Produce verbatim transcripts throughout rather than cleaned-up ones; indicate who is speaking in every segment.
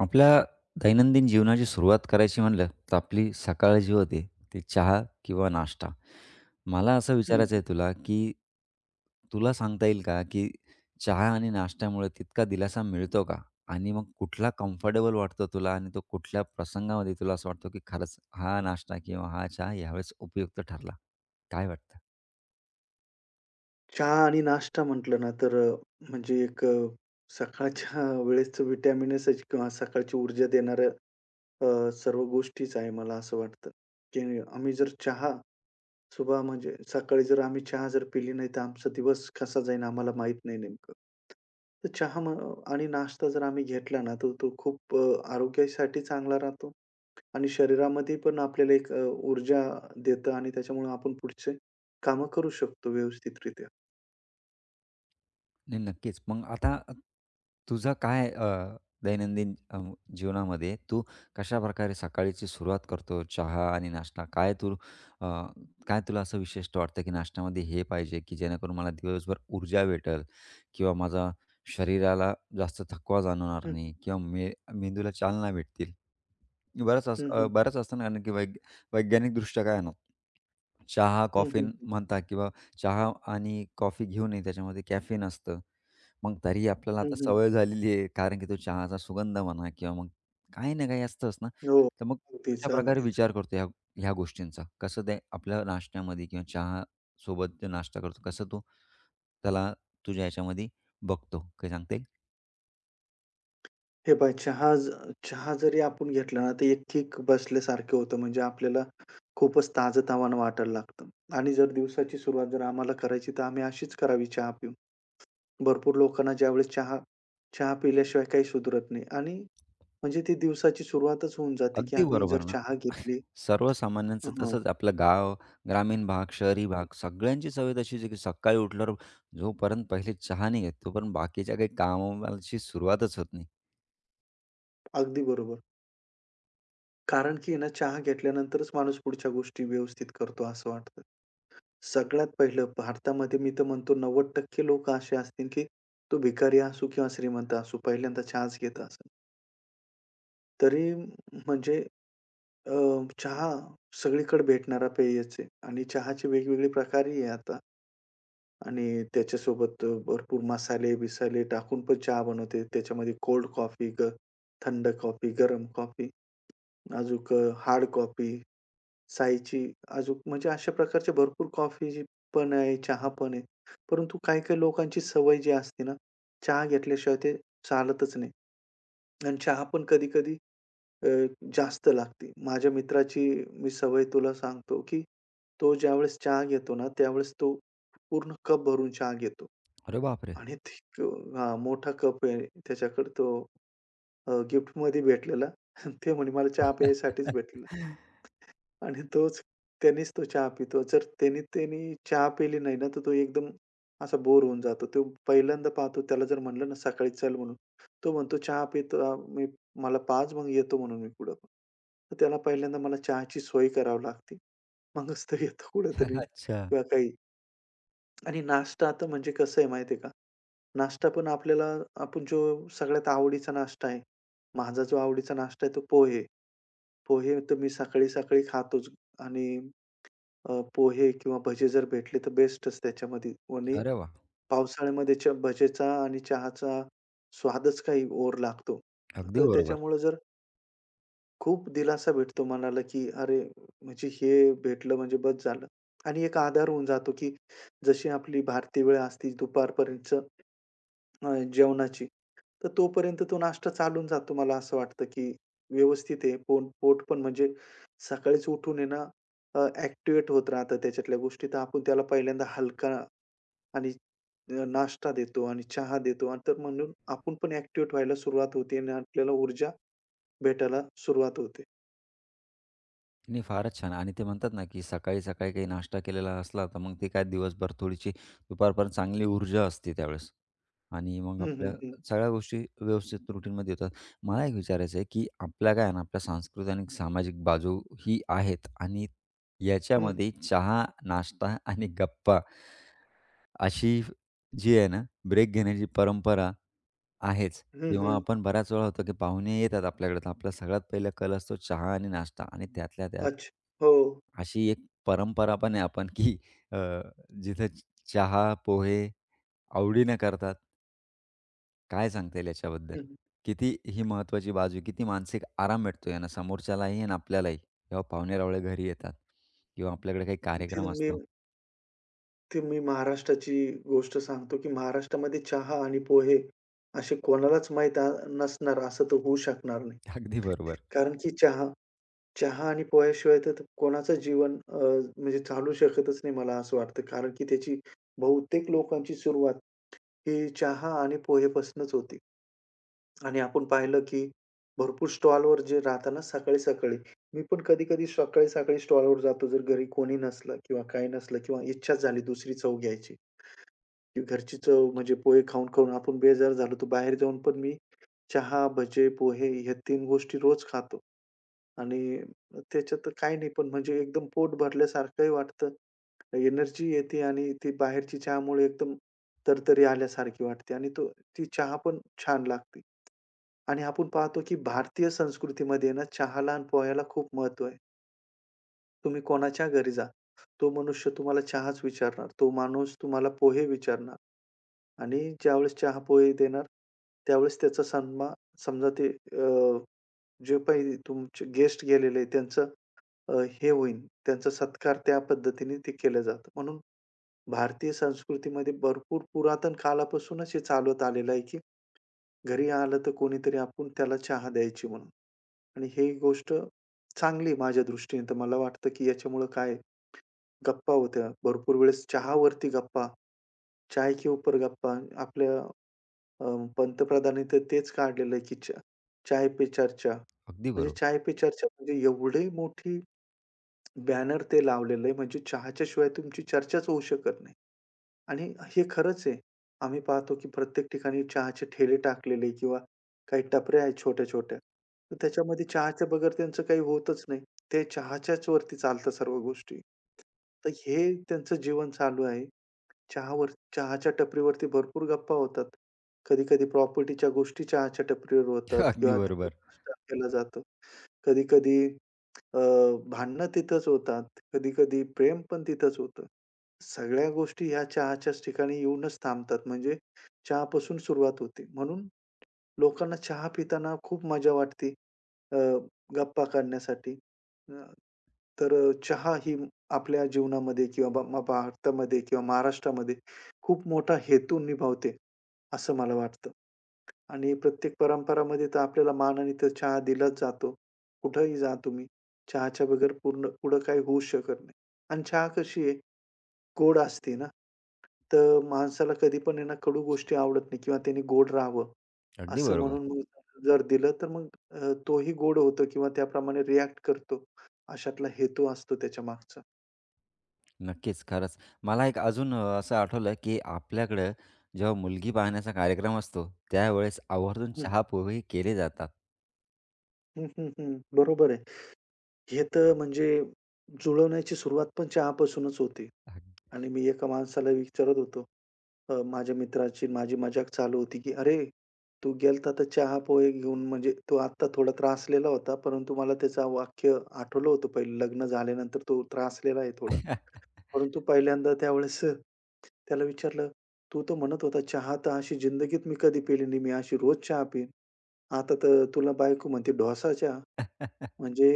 Speaker 1: आपल्या दैनंदिन जीवनाची सुरुवात करायची म्हणलं, तर आपली सकाळ जी होते, ती चहा किंवा नाश्ता. मला असं
Speaker 2: हं,
Speaker 1: विचारायचं आहे
Speaker 2: हं.
Speaker 1: तुला, की तुला सांगता येईल का, की चहा आणि नाश्त्यामुळे तितका दिलासा मिळतो का? आणि मग कुठला कम्फर्टेबल वाटतो तुला आणि तो कुठल्या प्रसंगामध्ये तुला असं वाटतं, की खरंच हा नाश्ता किंवा हा चहा यावेळेस उपयुक्त ठरला? काय वाटतं?
Speaker 2: चहा आणि नाश्ता म्हटलं ना, तर अ, म्हणजे एक अ, सकाळच्या वेळेसचं व्हिटॅमिनसच किंवा सकाळची ऊर्जा देणाऱ्या अ, सर्व गोष्टीच आहे मला असं वाटतं, की आम्ही जर चहा सुबह म्हणजे सकाळी जर आम्ही चहा जर पिली नाही, तर आमचा दिवस कसा जाईल आम्हाला माहीत नाही नेमकं. तर चहा म आणि नाश्ता जर आम्ही घेतला ना, तर तो खूप अ, आरोग्यासाठी चांगला राहतो आणि शरीरामध्ये पण आपल्याला एक अ, ऊर्जा देतं आणि त्याच्यामुळे आपण पुढचे कामं करू शकतो व्यवस्थितरित्या.
Speaker 1: नाही, नक्कीच. मग आता तुझा काय अ, दैनंदिन अ, जीवनामध्ये तू कशाप्रकारे सकाळची सुरुवात करतो? चहा आणि नाश्ता काय तू अ, काय तुला असं विशिष्ट वाटतं, की नाश्त्यामध्ये हे पाहिजे, की जेणेकरून मला दिवसभर ऊर्जा भेटेल किंवा माझा शरीराला जास्त थकवा जाणवणार नाही किंवा मे मेंदूला चालना भेटतील. बरंच अस
Speaker 2: हं,
Speaker 1: अ,
Speaker 2: हं.
Speaker 1: बरंच असतं ना, कारण की वैग वैज्ञानिकदृष्ट्या काय आहे ना, चहा,
Speaker 2: हं, हं,
Speaker 1: कॉफीन
Speaker 2: हं.
Speaker 1: म्हणतात किंवा चहा आणि कॉफी घेऊ नये, त्याच्यामध्ये कॅफीन असतं. मग तरी आपल्याला
Speaker 2: हं,
Speaker 1: आता
Speaker 2: हं.
Speaker 1: सवय झालेली आहे, कारण की तो चहाचा सुगंध म्हणा किंवा मग काही ना काही असतंच ना.
Speaker 2: हो.
Speaker 1: तर मग
Speaker 2: अगदीच,
Speaker 1: अशाप्रकारे
Speaker 2: अगदीच.
Speaker 1: विचार करतो ह्या ह्या गोष्टींचा. कसं ते आपल्या नाश्त्यामध्ये किंवा चहासोबत जो नाश्ता करतो, कसं तो त्याला तुझ्या ह्याच्यामध्ये बघतो. काय सांगता येईल?
Speaker 2: हे पहा चहा ज चहा जरी आपण घेतला ना, तर एक किक बसल्यासारखं होतं. म्हणजे आपल्याला खूपच ताजंतवानं वाटायला लागतं. आणि जर दिवसाची सुरुवात जर आम्हाला करायची, तर आम्ही अशीच करावी चहा पिऊन. भरपूर लोकांना ज्यावेळेस चहा चहा पिल्याशिवाय काही सुधरत नाही. आणि म्हणजे ती दिवसाची सुरुवातच होऊन जाते, की
Speaker 1: अगदी
Speaker 2: आम्ही
Speaker 1: बरोबर
Speaker 2: जर
Speaker 1: ना.
Speaker 2: चहा घेतली.
Speaker 1: सर्वसामान्यांचं
Speaker 2: हां.
Speaker 1: तसंच आपलं गाव, ग्रामीण भाग, शहरी भाग सगळ्यांची सवय तशीच आहे, की सकाळी उठल्यावर जोपर्यंत पहिले चहा नाही घेत, तोपर्यंत बाकीच्या काही कामाची सुरुवातच होत नाही.
Speaker 2: अगदी बरोबर. कारण की आहे ना, चहा घेतल्यानंतरच माणूस पुढच्या गोष्टी व्यवस्थित करतो असं वाटतं. सगळ्यात पहिलं भारतामध्ये मी तर म्हणतो नव्वद टक्के लोकं असे असतील, की तो भिकारी असो किंवा श्रीमंत असो, पहिल्यांदा चहाच घेत असेल. तरी म्हणजे अ, चहा सगळीकडे भेटणारा पेयच आहे आणि चहाचे वेगवेगळे प्रकारही आहे आता आणि त्याच्यासोबत भरपूर मसाले-बिसाले टाकून पण चहा बनवते. त्याच्यामध्ये कोल्ड कॉफी, ग थंड कॉफी, गरम कॉफी, अजूक हार्ड कॉफी. सायची, अजून म्हणजे अशा प्रकारच्या भरपूर कॉफी पण आहे, चहा पण आहे. परंतु काही-काही लोकांची सवय जी असते ना, चहा घेतल्याशिवाय ते चालतच नाही. आणि चहा पण कधी-कधी अ, जास्त लागते. माझ्या मित्राची मी सवय तुला सांगतो, की तो ज्यावेळेस चहा घेतो ना, त्यावेळेस तो पूर्ण कप भरून चहा घेतो.
Speaker 1: अरे बापरे!
Speaker 2: आणि ते हां, मोठा कप आहे त्याच्याकडे तो अ, गिफ्टमध्ये भेटलेला. ते म्हणे, "मला चहा प्यायसाठीच भेटलेला." आणि तोच त्यानेच तो चहा पितो. जर त्याने त्याने चहा पिली नाही ना, तर तो एकदम असा बोर होऊन जातो. तो पहिल्यांदा पाहतो त्याला जर म्हटलं ना, सकाळी चल म्हणून, तो म्हणतो चहा पितो अ, मी मला पाच मग येतो म्हणून मी पुढं. तर त्याला पहिल्यांदा मला चहाची सोय करावी लागते. मगच तो येतो कुठेतरी
Speaker 1: अच्छा.
Speaker 2: किंवा काही. आणि नाश्ता आता म्हणजे कसं आहे माहिती का? नाश्ता पण आपल्याला आपण जो सगळ्यात आवडीचा नाश्ता आहे. माझा जो आवडीचा नाश्ता आहे तो पोहे. पोहे तर मी सकाळी-सकाळी खातोच आणि अ, पोहे किंवा भजे जर भेटले तर बेस्टच त्याच्यामध्ये आणि
Speaker 1: अरे वाह!
Speaker 2: पावसाळ्यामध्ये च भजेचा आणि चहाचा स्वादच काही ओर लागतो.
Speaker 1: अगदी
Speaker 2: तर
Speaker 1: बरोबर.
Speaker 2: त्याच्यामुळे जर खूप दिलासा भेटतो मनाला, की अरे, म्हणजे हे भेटलं म्हणजे बस झालं आणि एक आधार होऊन जातो, की जशी आपली भारतीय वेळ असते दुपारपर्यंत अ, जेवणाची. तर तोपर्यंत तो नाश्ता चालून जातो मला असं वाटतं, की व्यवस्थित आहे. पोट पोट पण म्हणजे सकाळीच उठून आहे ना अ, ॲक्टिव्हेट होत राहतं त्याच्यातल्या गोष्टी. तर आपण त्याला पहिल्यांदा हलका आणि अ, नाश्ता देतो आणि चहा देतो आणि तर म्हणून आपण पण ॲक्टिव्हेट व्हायला सुरुवात होते आणि आपल्याला ऊर्जा भेटायला सुरुवात होते.
Speaker 1: नाही, फारच छान आणि ते म्हणतात ना, की सकाळी, सकाळी काही नाश्ता केलेला असला, तर मग ते काय दिवसभर थोडीशी दुपारपर्यंत चांगली ऊर्जा असते त्यावेळेस आणि मग
Speaker 2: हं, हं,
Speaker 1: आपल्या
Speaker 2: हं.
Speaker 1: सगळ्या गोष्टी व्यवस्थित रुटीनमध्ये येतात. मला एक विचारायचं आहे, की आपल्या काय आहे ना, आपल्या सांस्कृतिक आणि सामाजिक बाजू ही आहेत आणि
Speaker 2: हं.
Speaker 1: याच्यामध्ये चहा, नाश्ता आणि गप्पा अशी जी आहे ना, ब्रेक घेण्याची परंपरा आहेच
Speaker 2: हं,
Speaker 1: किंवा
Speaker 2: हं.
Speaker 1: आपण बऱ्याच वेळा होतो की पाहुणे येतात आपल्याकडे, तर आपला सगळ्यात पहिला कल असतो चहा आणि नाश्ता आणि त्यातल्या त्यात
Speaker 2: अच्छा. हो.
Speaker 1: अशी एक परंपरा पण आहे आपण की अ, जिथं चहा, पोहे आवडीनं करतात. काय सांगता येईल याच्याबद्दल?
Speaker 2: हं,
Speaker 1: किती ही महत्त्वाची बाजू आहे, किती मानसिक आराम भेटतो यानं समोरच्यालाही आणि आपल्यालाही जेव्हा पाहुणे-रावळे घरी येतात किंवा आपल्याकडे काही कार्यक्रम
Speaker 2: तिथं मी
Speaker 1: असतो.
Speaker 2: ते मी महाराष्ट्राची गोष्ट सांगतो, की महाराष्ट्रामध्ये चहा आणि पोहे असे कोणालाच माहीत अ, नसणार असं तर होऊ शकणार नाही.
Speaker 1: अगदी बरोबर,
Speaker 2: कारण की चहा चहा आणि पोह्याशिवाय तर कोणाचं जीवन अ, म्हणजे चालू शकतच नाही मला असं वाटतं. कारण की त्याची बहुतेक लोकांची सुरुवात ही चहा आणि पोहेपासूनच होती. आणि आपण पाहिलं, की भरपूर स्टॉलवर जे राहतात सकाळी-सकाळी. मी पण कधी-कधी सकाळी-सकाळी स्टॉलवर जातो जर घरी कोणी नसलं किंवा काही नसलं किंवा इच्छाच झाली दुसरी चव घ्यायची. की घरची चव म्हणजे पोहे खाऊन-खाऊन आपण बेजार झालो, तर बाहेर जाऊन पण मी चहा, भजे, पोहे ह्या तीन गोष्टी रोज खातो. आणि त्याच्यात काही नाही, पण म्हणजे एकदम पोट भरल्यासारखंही वाटतं. एनर्जी येते आणि ती बाहेरची चहामुळे एकदम तरतरी आल्यासारखी वाटते आणि तो ती चहा पण छान लागते. आणि आपण पाहतो, की भारतीय संस्कृतीमध्ये ना चहाला आणि पोह्याला खूप महत्त्व आहे. तुम्ही कोणाच्या घरी जा, तो मनुष्य तुम्हाला चहाच विचारणार, तो माणूस तुम्हाला पोहे विचारणार. आणि ज्यावेळेस चहा-पोहे देणार, त्यावेळेस त्याचा सन्मान समजा ते अ, जे काही तुमचे गेस्ट गेलेले आहेत त्यांचं अ, हे होईल, त्यांचा सत्कार त्या पद्धतीने ते केलं जातं. म्हणून भारतीय संस्कृतीमध्ये भरपूर पुरातन कालापासूनच हे चालवत आलेलं आहे, की घरी आलं तर कोणीतरी आपण त्याला चहा द्यायची म्हणून. आणि ही गोष्ट चांगली आहे माझ्या दृष्टीने. तर मला वाटतं, की याच्यामुळं काय गप्पा होत्या. भरपूर वेळेस चहावरती गप्पा, चाय के ऊपर गप्पा आपल्या अ, पंतप्रधानांनी तर तेच काढलेलं आहे, की च चाय पे चर्चा.
Speaker 1: अगदी
Speaker 2: म्हणजे
Speaker 1: बरोबर,
Speaker 2: चाय पे चर्चा म्हणजे एवढी मोठी बॅनर ते लावलेलं आहे, म्हणजे चहाच्या शिवाय तुमची चर्चाच होऊ शकत नाही. आणि हे खरंच आहे. आम्ही पाहतो, की प्रत्येक ठिकाणी चहाचे ठेले टाकलेले किंवा काही टपऱ्या आहेत छोट्या-छोट्या. तर त्याच्यामध्ये चहाच्या बगैर त्यांचं काही होतच नाही. ते चहाच्याच वरती चालतं सर्व गोष्टी. तर हे त्यांचं जीवन चालू आहे. चहावर चहाच्या टपरीवरती भरपूर गप्पा होतात. कधी-कधी प्रॉपर्टीच्या गोष्टी चहाच्या टपरीवर होतात
Speaker 1: अगदी
Speaker 2: किंवा तिथे
Speaker 1: बरोबर,
Speaker 2: नाश्ता केला जातो. कधी-कधी अ, भांडणं तिथंच होतात. कधी-कधी प्रेम पण तिथंच होतं. सगळ्या गोष्टी ह्या चहाच्याच ठिकाणी येऊनच थांबतात. म्हणजे चहापासून सुरुवात होते. म्हणून लोकांना चहा पिताना खूप मजा वाटते अ, गप्पा काढण्यासाठी. अ, तर अ, चहा ही आपल्या जीवनामध्ये किंवा भ म भारतामध्ये किंवा महाराष्ट्रामध्ये खूप मोठा हेतू निभावते, असं मला वाटतं. आणि प्रत्येक परंपरामध्ये तर आपल्याला मानाने तर चहा दिलाच जातो. कुठेही जा तुम्ही, चहाच्या बगैर पूर्ण पुढं काही होऊ शकत नाही. आणि चहा कशी आहे, गोड असते ना. तर माणसाला कधी पण आहे ना कडू गोष्टी आवडत नाही किंवा त्याने गोड राहावं,
Speaker 1: अगदी
Speaker 2: असं
Speaker 1: बरोबर.
Speaker 2: म्हणून मग जर दिलं तर मग अ, तोही गोड होतो किंवा त्याप्रमाणे रिएक्ट करतो. अशातला हेतू असतो त्याच्यामागचा.
Speaker 1: नक्कीच, खरंच. मला एक अजून अ, असं आठवलं, की आपल्याकडं जेव्हा मुलगी पाहण्याचा कार्यक्रम असतो, त्यावेळेस आवर्जून
Speaker 2: हं,
Speaker 1: चहा-पोहे केले जातात.
Speaker 2: हं, हं, हं. बरोबर आहे. हे तर म्हणजे जुळवण्याची सुरुवात पण चहापासूनच होते.
Speaker 1: अगदी
Speaker 2: आणि मी एका माणसाला विचारत होतो. अ, माझ्या मित्राची माझी मजाक चालू होती, की "अरे, तू गेलता तर चहा-पोहे घेऊन म्हणजे तो आत्ता थोडा त्रासलेला होता, परंतु मला त्याचं वाक्य आठवलं होतं पहिलं लग्न झाल्यानंतर तो त्रासलेला आहे थोडा." परंतु पहिल्यांदा त्यावेळेस अ, त्याला विचारलं, "तू तर म्हणत होता चहा तर अशी जिंदगीत मी कधी पेली नाही. मी अशी रोज चहा पीईन. आता तर तुला बायको म्हणते ढोसा चहा." म्हणजे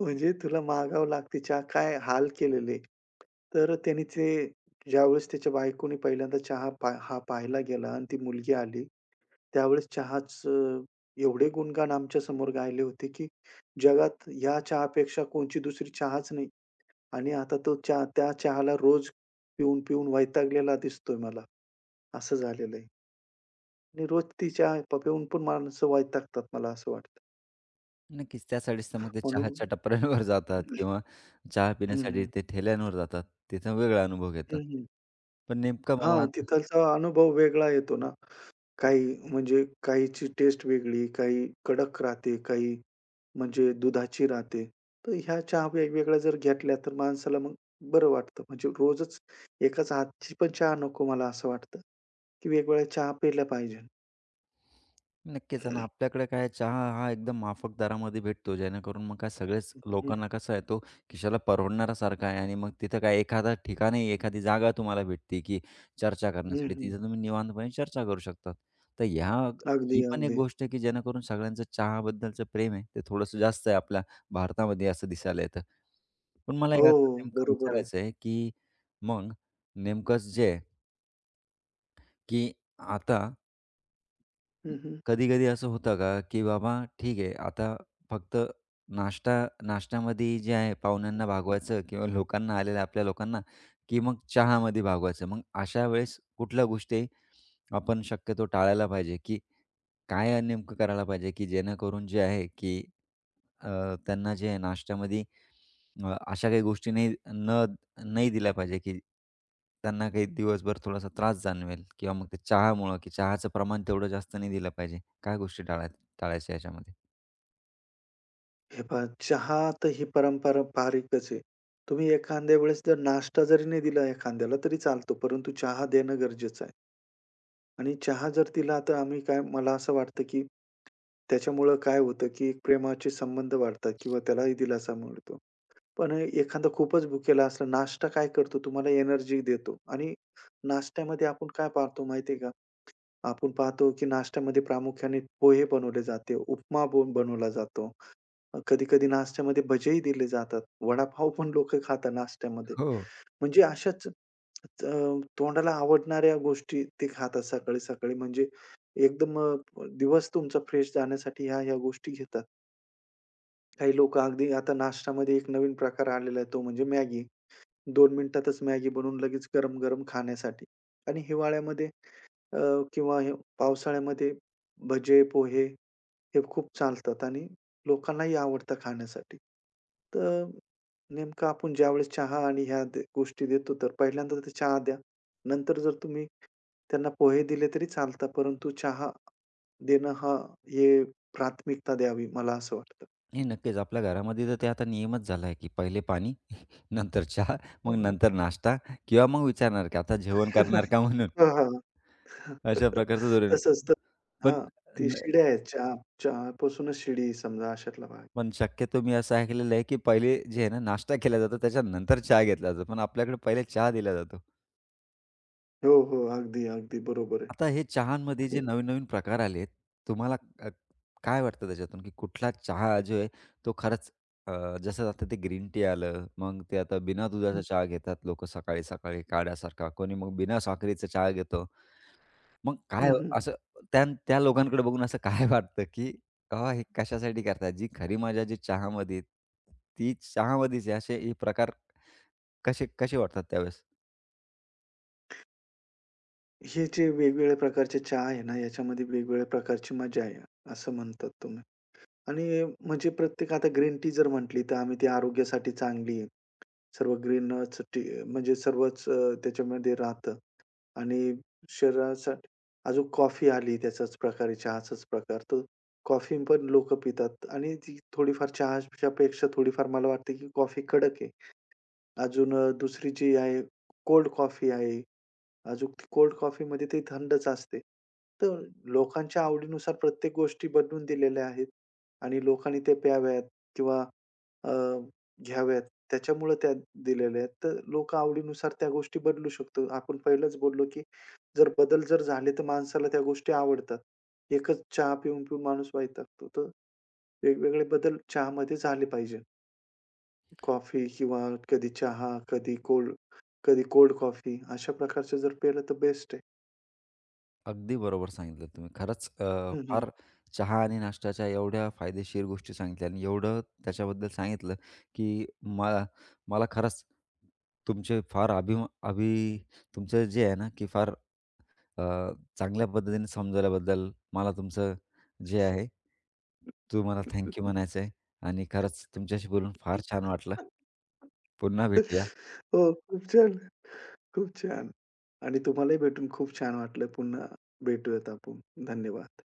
Speaker 2: म्हणजे तुला मागावं लागते चहा. काय हाल केलेले. तर त्याने ते ज्यावेळेस त्याच्या बायकोने पहिल्यांदा चहा पा हा पाहायला गेला आणि ती मुलगी आली. त्यावेळेस चहाचं एवढे गुणगान आमच्यासमोर गायले होते, की जगात या चहापेक्षा कोणची दुसरी चहाच नाही आणि आता तो चहा त्या चहाला रोज पिऊन-पिऊन वैतागलेला दिसतोय मला. असं झालेलं आहे आणि रोज ती चहा प पिऊन पण माणसं वैतागतात मला असं वाटतं.
Speaker 1: नक्कीच. त्यासाठीच तर मग ते
Speaker 2: म्हणून
Speaker 1: चहाच्या टपऱ्यांवर जातात किंवा चहा
Speaker 2: हं,
Speaker 1: पिण्यासाठी
Speaker 2: हं.
Speaker 1: ते ठेल्यांवर जातात. तिथं वेगळा अनुभव घेतात. पण नेमकं
Speaker 2: हां,
Speaker 1: मला
Speaker 2: तिथलचा अनुभव वेगळा येतो ना. काही म्हणजे काहीची टेस्ट वेगळी, काही कडक राहते, काही म्हणजे दुधाची राहते. तर ह्या चहा वेगवेगळ्या जर घेतल्या तर माणसाला मग बरं वाटतं. म्हणजे रोजच एकाच हातची पण चहा नको मला असं वाटतं, की वेगवेगळ्या चहा प्यायला पाहिजे.
Speaker 1: नक्कीच आणि
Speaker 2: हं,
Speaker 1: आपल्याकडे काय चहा हा एकदम माफक दरामध्ये भेटतो जेणेकरून मग काय सगळेच लोकांना कसं आहे तो खिशाला परवडणारासारखा आहे आणि मग तिथं काय एखादा ठिकाणी एखादी जागा तुम्हाला भेटते की चर्चा
Speaker 2: हं,
Speaker 1: करण्यासाठी
Speaker 2: हं.
Speaker 1: तिथं तुम्ही निवांतपणे चर्चा करू शकतात. तर ह्या
Speaker 2: अगदी,
Speaker 1: ही पण एक
Speaker 2: अगदी.
Speaker 1: गोष्ट आहे की जेणेकरून सगळ्यांचं चहाबद्दलचं प्रेम आहे ते थोडंसं जास्त आहे आपल्या भारतामध्ये असं दिसायला येतं. पण मला
Speaker 2: हो,
Speaker 1: याचं नेमकं
Speaker 2: बरोबर आहे.
Speaker 1: विचारायचं आहे की मग नेमकंच जे आहे की आता
Speaker 2: हं, हं.
Speaker 1: कधी-कधी असं होतं का, की बाबा ठीक आहे, आता फक्त नाश्ता नाश्त्यामध्ये जे आहे पाहुण्यांना भागवायचं किंवा लोकांना आलेल्या आपल्या लोकांना, की मग चहामध्ये भागवायचं. मग अशा वेळेस कुठल्या गोष्टी आपण शक्यतो टाळायला पाहिजे, की काय नेमकं करायला पाहिजे, की जेणेकरून जे आहे, की अ, त्यांना जे आहे नाश्त्यामध्ये अ, अशा काही गोष्टी नाही न नाही दिला पाहिजे, की त्यांना काही दिवसभर थोडासा त्रास जाणवेल किंवा मग ते चहामुळं, की चहाचं प्रमाण तेवढं जास्त नाही दिलं पाहिजे. काय गोष्टी टाळा टाळायच्या याच्यामध्ये?
Speaker 2: हे पहा, चहा तर ही परंपरा पारिकच आहे. तुम्ही एखाद्या वेळेस जर नाश्ता जरी नाही दिला एखाद्याला तरी चालतो, परंतु चहा देणं गरजेचं आहे. आणि चहा जर दिला तर आम्ही काय मला असं वाटतं, की त्याच्यामुळं काय होतं, की एक प्रेमाचे संबंध वाढतात किंवा त्यालाही दिलासा मिळतो. पण एखादा खूपच भुकेला असला नाश्ता काय करतो तुम्हाला एनर्जी देतो आणि नाश्त्यामध्ये आपण काय पाहतो माहिती का? आपण पाहतो, की नाश्त्यामध्ये प्रामुख्याने पोहे बनवले जाते, उपमा बो बनवला जातो. कधी-कधी नाश्त्यामध्ये भजेही दिले जातात. वडापाव पण लोकं खातात नाश्त्यामध्ये.
Speaker 1: हो.
Speaker 2: म्हणजे अशाच अ, तोंडाला आवडणाऱ्या गोष्टी ते खातात सकाळी-सकाळी. म्हणजे एकदम अ, दिवस तुमचा फ्रेश जाण्यासाठी ह्या-ह्या गोष्टी घेतात. काही लोकं अगदी आता नाश्त्यामध्ये एक नवीन प्रकार आलेला आहे तो म्हणजे मॅगी. दोन मिनिटातच मॅगी बनवून लगेच गरम-गरम खाण्यासाठी आणि हिवाळ्यामध्ये अ, किंवा हे पावसाळ्यामध्ये भजे, पोहे हे खूप चालतात आणि लोकांनाही आवडतं खाण्यासाठी. तर नेमकं आपण ज्यावेळेस चहा आणि ह्या द गोष्टी देतो, तर पहिल्यांदा तर चहा द्या. नंतर जर तुम्ही त्यांना पोहे दिले तरी चालतात, परंतु चहा देणं हा हे प्राथमिकता द्यावी, मला असं वाटतं.
Speaker 1: नाही, नक्कीच. आपल्या घरामध्ये तर ते आता नियमच झाला आहे, की पहिले पाणी, नंतर चहा,
Speaker 2: हं,
Speaker 1: मग
Speaker 2: हं.
Speaker 1: नंतर नाश्ता किंवा मग विचारणार, की आता जेवण करणार का म्हणून?
Speaker 2: हां,
Speaker 1: अशा प्रकारचं धोरण आहे.
Speaker 2: तसंच तर
Speaker 1: पण
Speaker 2: हां, ते
Speaker 1: न
Speaker 2: शिड्या आहेत. चहा चहापासूनच शिडी समजा अशातला भाग.
Speaker 1: पण शक्यतो मी असं ऐकलेलं आहे, की पहिले जे आहे ना नाश्ता केला जातो, त्याच्यानंतर चहा घेतला जातो. पण आपल्याकडे पहिले चहा दिला जातो.
Speaker 2: हो, हो. अगदी, अगदी बरोबर आहे.
Speaker 1: आता हे चहामध्ये
Speaker 2: आणि
Speaker 1: जे नवीन-नवीन प्रकार आलेत, तुम्हाला अ, काय वाटतं त्याच्यातून, की कुठला चहा जो आहे तो खरंच अ, जसं आता ते ग्रीन टी आलं, मग ते आता बिना दुधाचा
Speaker 2: हं,
Speaker 1: चहा घेतात लोकं सकाळी-सकाळी काढ्यासारखा, कोणी मग बिना साखरेचा चहा घेतं. मग काय
Speaker 2: हं, हं.
Speaker 1: असं त्या त्या लोकांकडे बघून असं काय वाटतं, की "अहो, हे कशासाठी करतात? जी खरी मजा जी चहामध्ये आहे, ती चहामध्येच आहे." असे हे प्रकार कसे कसे वाटतात त्यावेळेस?
Speaker 2: हे जे वेगवेगळ्या प्रकारचे चहा आहे ना, याच्यामध्ये वेगवेगळ्या प्रकारची मजा आहे, असं म्हणतात तुम्ही. आणि म्हणजे प्रत्येक आता ग्रीन टी जर म्हटली, तर आम्ही ती आरोग्यासाठी चांगली आहे. सर्व ग्रीनच टी म्हणजे सर्वच अ, त्याच्यामध्ये राहतं आणि शरीरासाठी अजून कॉफी आली त्याचाच प्रकार आहे, चहाचाच प्रकार. तर कॉफी पण लोकं पितात आणि ती थोडीफार चहाच्यापेक्षा थोडीफार मला वाटतं, की कॉफी कडक आहे. अजून अ, दुसरी जी आहे कोल्ड कॉफी आहे. अजून ती कोल्ड कॉफीमध्ये ती थंडच असते. तर लोकांच्या आवडीनुसार प्रत्येक गोष्टी बनवून दिलेल्या आहेत आणि लोकांनी ते प्याव्यात किंवा अ, घ्याव्यात त्याच्यामुळे त्या दिलेल्या आहेत. तर लोकं आवडीनुसार त्या गोष्टी बदलू शकतो. आपण पहिलंच बोललो, की जर बदल जर झाले तर माणसाला त्या गोष्टी आवडतात. एकच चहा पिऊन-पिऊन माणूस वैतागतो. तर वेगवेगळे बदल चहामध्ये झाले पाहिजे. कॉफी किंवा कधी चहा, कधी कोल्ड कधी कोल्ड कॉफी अशा प्रकारचं जर पेलं तर बेस्ट आहे.
Speaker 1: अगदी बरोबर सांगितलं तुम्ही. खरंच अ,
Speaker 2: हं, हं.
Speaker 1: फार चहा आणि नाश्त्याच्या एवढ्या फायदेशीर गोष्टी सांगितल्या आणि एवढं त्याच्याबद्दल सांगितलं, की मला मला खरंच तुमचे फार अभिमा अभि तुमचं जे आहे ना, की फार अ, चांगल्या पद्धतीने समजवल्याबद्दल मला तुमचं जे आहे, तुम्हाला थँक म्हणायचं आहे आणि खरंच तुमच्याशी बोलून फार छान वाटलं. पुन्हा भेटूया.
Speaker 2: हो, खूप छान, खूप छान. आणि तुम्हालाही भेटून खूप छान वाटलं. पुन्हा भेटूयात आपण. धन्यवाद.